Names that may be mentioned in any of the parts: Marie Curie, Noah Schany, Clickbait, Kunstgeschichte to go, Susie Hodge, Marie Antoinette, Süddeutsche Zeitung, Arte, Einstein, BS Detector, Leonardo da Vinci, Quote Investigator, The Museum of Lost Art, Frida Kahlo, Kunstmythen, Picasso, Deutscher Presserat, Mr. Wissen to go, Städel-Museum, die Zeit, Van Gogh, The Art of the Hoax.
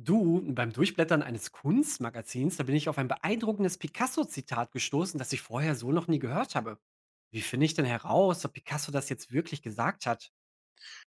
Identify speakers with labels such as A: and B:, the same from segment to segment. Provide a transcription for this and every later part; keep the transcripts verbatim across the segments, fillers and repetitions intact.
A: Du, beim Durchblättern eines Kunstmagazins, da bin ich auf ein beeindruckendes Picasso-Zitat gestoßen, das ich vorher so noch nie gehört habe. Wie finde ich denn heraus, ob Picasso das jetzt wirklich gesagt hat?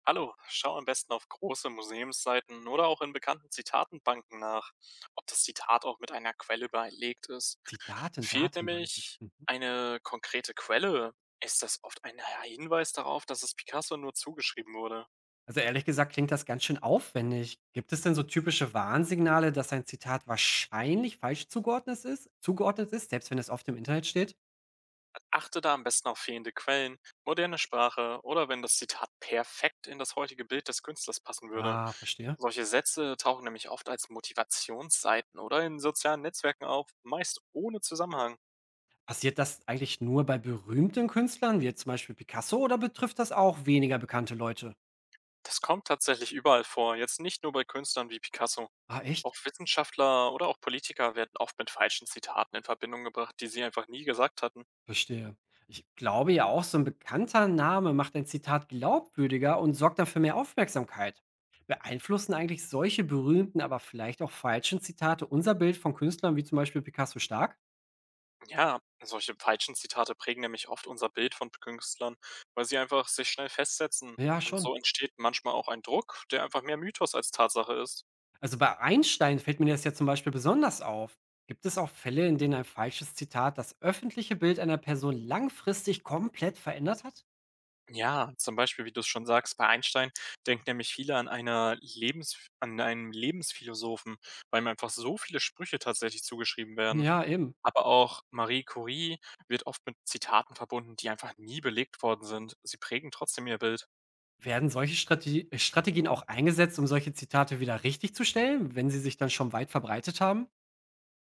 B: Hallo, schau am besten auf große Museumsseiten oder auch in bekannten Zitatenbanken nach, ob das Zitat auch mit einer Quelle belegt ist.
A: Zitaten,
B: Fehlt
A: Datenbanken.
B: nämlich
A: Hm.
B: eine konkrete Quelle, ist das oft ein Hinweis darauf, dass es Picasso nur zugeschrieben wurde.
A: Also ehrlich gesagt klingt das ganz schön aufwendig. Gibt es denn so typische Warnsignale, dass ein Zitat wahrscheinlich falsch zugeordnet ist, zugeordnet ist, selbst wenn es oft im Internet steht?
B: Achte da am besten auf fehlende Quellen, moderne Sprache oder wenn das Zitat perfekt in das heutige Bild des Künstlers passen würde.
A: Ah, verstehe.
B: Solche Sätze tauchen nämlich oft als Motivationsseiten oder in sozialen Netzwerken auf, meist ohne Zusammenhang.
A: Passiert das eigentlich nur bei berühmten Künstlern, wie jetzt zum Beispiel Picasso, oder betrifft das auch weniger bekannte Leute?
B: Das kommt tatsächlich überall vor, jetzt nicht nur bei Künstlern wie Picasso.
A: Ah, echt?
B: Auch Wissenschaftler oder auch Politiker werden oft mit falschen Zitaten in Verbindung gebracht, die sie einfach nie gesagt hatten.
A: Verstehe. Ich glaube ja auch, so ein bekannter Name macht ein Zitat glaubwürdiger und sorgt dann für mehr Aufmerksamkeit. Beeinflussen eigentlich solche berühmten, aber vielleicht auch falschen Zitate unser Bild von Künstlern wie zum Beispiel Picasso stark?
B: Ja, solche falschen Zitate prägen nämlich oft unser Bild von Künstlern, weil sie einfach sich schnell festsetzen.
A: Ja,
B: Und
A: schon.
B: so entsteht manchmal auch ein Druck, der einfach mehr Mythos als Tatsache ist.
A: Also bei Einstein fällt mir das ja zum Beispiel besonders auf. Gibt es auch Fälle, in denen ein falsches Zitat das öffentliche Bild einer Person langfristig komplett verändert hat?
B: Ja, zum Beispiel, wie du es schon sagst, bei Einstein denken nämlich viele an, einer Lebens an einen Lebensphilosophen, weil ihm einfach so viele Sprüche tatsächlich zugeschrieben werden.
A: Ja, eben.
B: Aber auch Marie Curie wird oft mit Zitaten verbunden, die einfach nie belegt worden sind. Sie prägen trotzdem ihr Bild.
A: Werden solche Strate äh, Strategien auch eingesetzt, um solche Zitate wieder richtigzustellen, wenn sie sich dann schon weit verbreitet haben?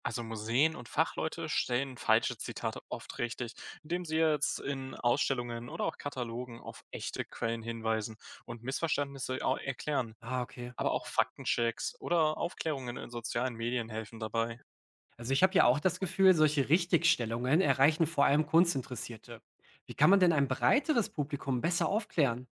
B: Also Museen und Fachleute stellen falsche Zitate oft richtig, indem sie jetzt in Ausstellungen oder auch Katalogen auf echte Quellen hinweisen und Missverständnisse au- erklären.
A: Ah, okay.
B: Aber auch Faktenchecks oder Aufklärungen in sozialen Medien helfen dabei.
A: Also ich habe ja auch das Gefühl, solche Richtigstellungen erreichen vor allem Kunstinteressierte. Wie kann man denn ein breiteres Publikum besser aufklären?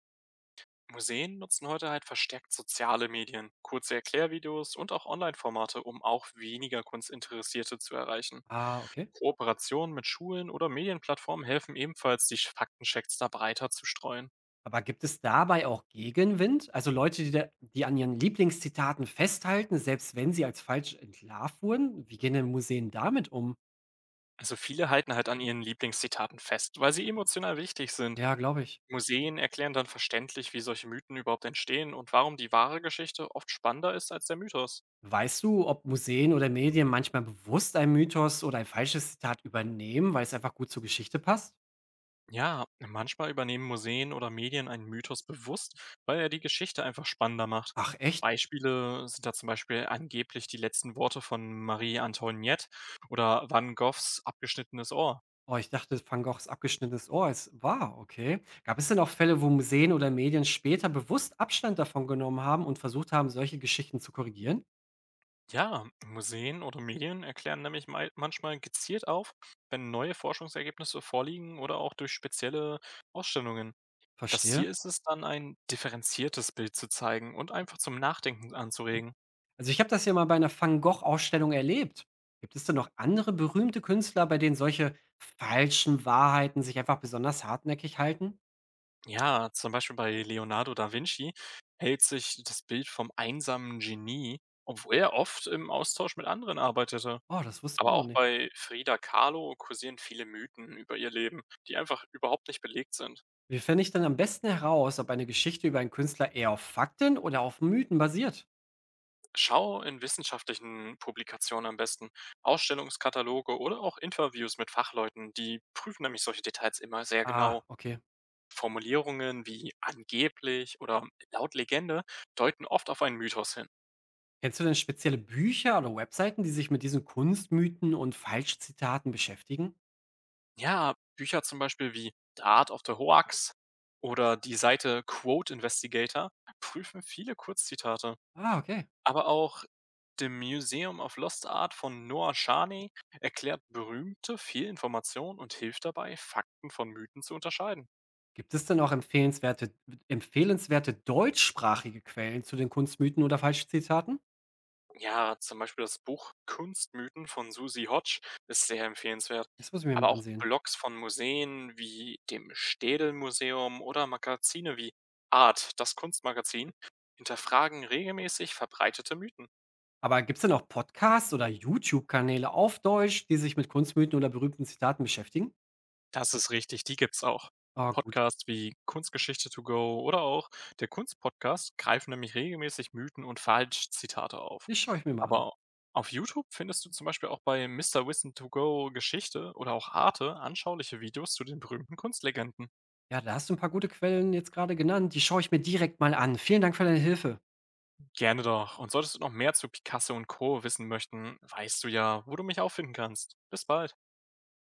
B: Museen nutzen heute halt verstärkt soziale Medien, kurze Erklärvideos und auch Online-Formate, um auch weniger Kunstinteressierte zu erreichen.
A: Ah, okay.
B: Kooperationen mit Schulen oder Medienplattformen helfen ebenfalls, die Faktenchecks da breiter zu streuen.
A: Aber gibt es dabei auch Gegenwind? Also Leute, die, da, die an ihren Lieblingszitaten festhalten, selbst wenn sie als falsch entlarvt wurden? Wie gehen denn Museen damit um?
B: Also viele halten halt an ihren Lieblingszitaten fest, weil sie emotional wichtig sind.
A: Ja, glaube ich.
B: Museen erklären dann verständlich, wie solche Mythen überhaupt entstehen und warum die wahre Geschichte oft spannender ist als der Mythos.
A: Weißt du, ob Museen oder Medien manchmal bewusst einen Mythos oder ein falsches Zitat übernehmen, weil es einfach gut zur Geschichte passt?
B: Ja, manchmal übernehmen Museen oder Medien einen Mythos bewusst, weil er die Geschichte einfach spannender macht.
A: Ach, echt?
B: Beispiele sind da zum Beispiel angeblich die letzten Worte von Marie Antoinette oder Van Goghs abgeschnittenes Ohr.
A: Oh, ich dachte, Van Goghs abgeschnittenes Ohr ist wahr, okay. Gab es denn auch Fälle, wo Museen oder Medien später bewusst Abstand davon genommen haben und versucht haben, solche Geschichten zu korrigieren?
B: Ja, Museen oder Medien erklären nämlich mei- manchmal gezielt auf, wenn neue Forschungsergebnisse vorliegen oder auch durch spezielle Ausstellungen. Das Ziel
A: Verstehe.
B: ist es dann, ein differenziertes Bild zu zeigen und einfach zum Nachdenken anzuregen.
A: Also ich habe das ja mal bei einer Van Gogh-Ausstellung erlebt. Gibt es denn noch andere berühmte Künstler, bei denen solche falschen Wahrheiten sich einfach besonders hartnäckig halten?
B: Ja, zum Beispiel bei Leonardo da Vinci hält sich das Bild vom einsamen Genie, obwohl er oft im Austausch mit anderen arbeitete.
A: Oh, das wusste ich
B: Aber
A: noch
B: auch
A: nicht.
B: bei Frida Kahlo kursieren viele Mythen über ihr Leben, die einfach überhaupt nicht belegt sind.
A: Wie fände ich denn am besten heraus, ob eine Geschichte über einen Künstler eher auf Fakten oder auf Mythen basiert?
B: Schau in wissenschaftlichen Publikationen am besten, Ausstellungskataloge oder auch Interviews mit Fachleuten, die prüfen nämlich solche Details immer sehr
A: Ah,
B: genau.
A: okay.
B: Formulierungen wie angeblich oder laut Legende deuten oft auf einen Mythos hin.
A: Kennst du denn spezielle Bücher oder Webseiten, die sich mit diesen Kunstmythen und Falschzitaten beschäftigen?
B: Ja, Bücher zum Beispiel wie „The Art of the Hoax“ oder die Seite Quote Investigator prüfen viele Kurzzitate.
A: Ah, okay.
B: Aber auch „The Museum of Lost Art“ von Noah Schany erklärt Berühmte viel Information und hilft dabei, Fakten von Mythen zu unterscheiden.
A: Gibt es denn auch empfehlenswerte, empfehlenswerte deutschsprachige Quellen zu den Kunstmythen oder Falschzitaten?
B: Ja, zum Beispiel das Buch „Kunstmythen“ von Susie Hodge ist sehr empfehlenswert.
A: Das muss ich mir
B: Aber
A: mal
B: auch
A: ansehen.
B: Blogs von Museen wie dem Städel-Museum oder Magazine wie „Art“, das Kunstmagazin, hinterfragen regelmäßig verbreitete Mythen.
A: Aber gibt es denn auch Podcasts oder YouTube-Kanäle auf Deutsch, die sich mit Kunstmythen oder berühmten Zitaten beschäftigen?
B: Das ist richtig, die gibt's auch.
A: Ah, gut.
B: Podcasts wie Kunstgeschichte to go oder auch der Kunstpodcast greifen nämlich regelmäßig Mythen und Falschzitate auf.
A: Das schaue ich mir mal an.
B: Aber auf YouTube findest du zum Beispiel auch bei Mister Wissen to go Geschichte oder auch Arte anschauliche Videos zu den berühmten Kunstlegenden.
A: Ja, da hast du ein paar gute Quellen jetzt gerade genannt. Die schaue ich mir direkt mal an. Vielen Dank für deine Hilfe.
B: Gerne doch. Und solltest du noch mehr zu Picasso und Co. wissen möchten, weißt du ja, wo du mich auffinden kannst. Bis bald.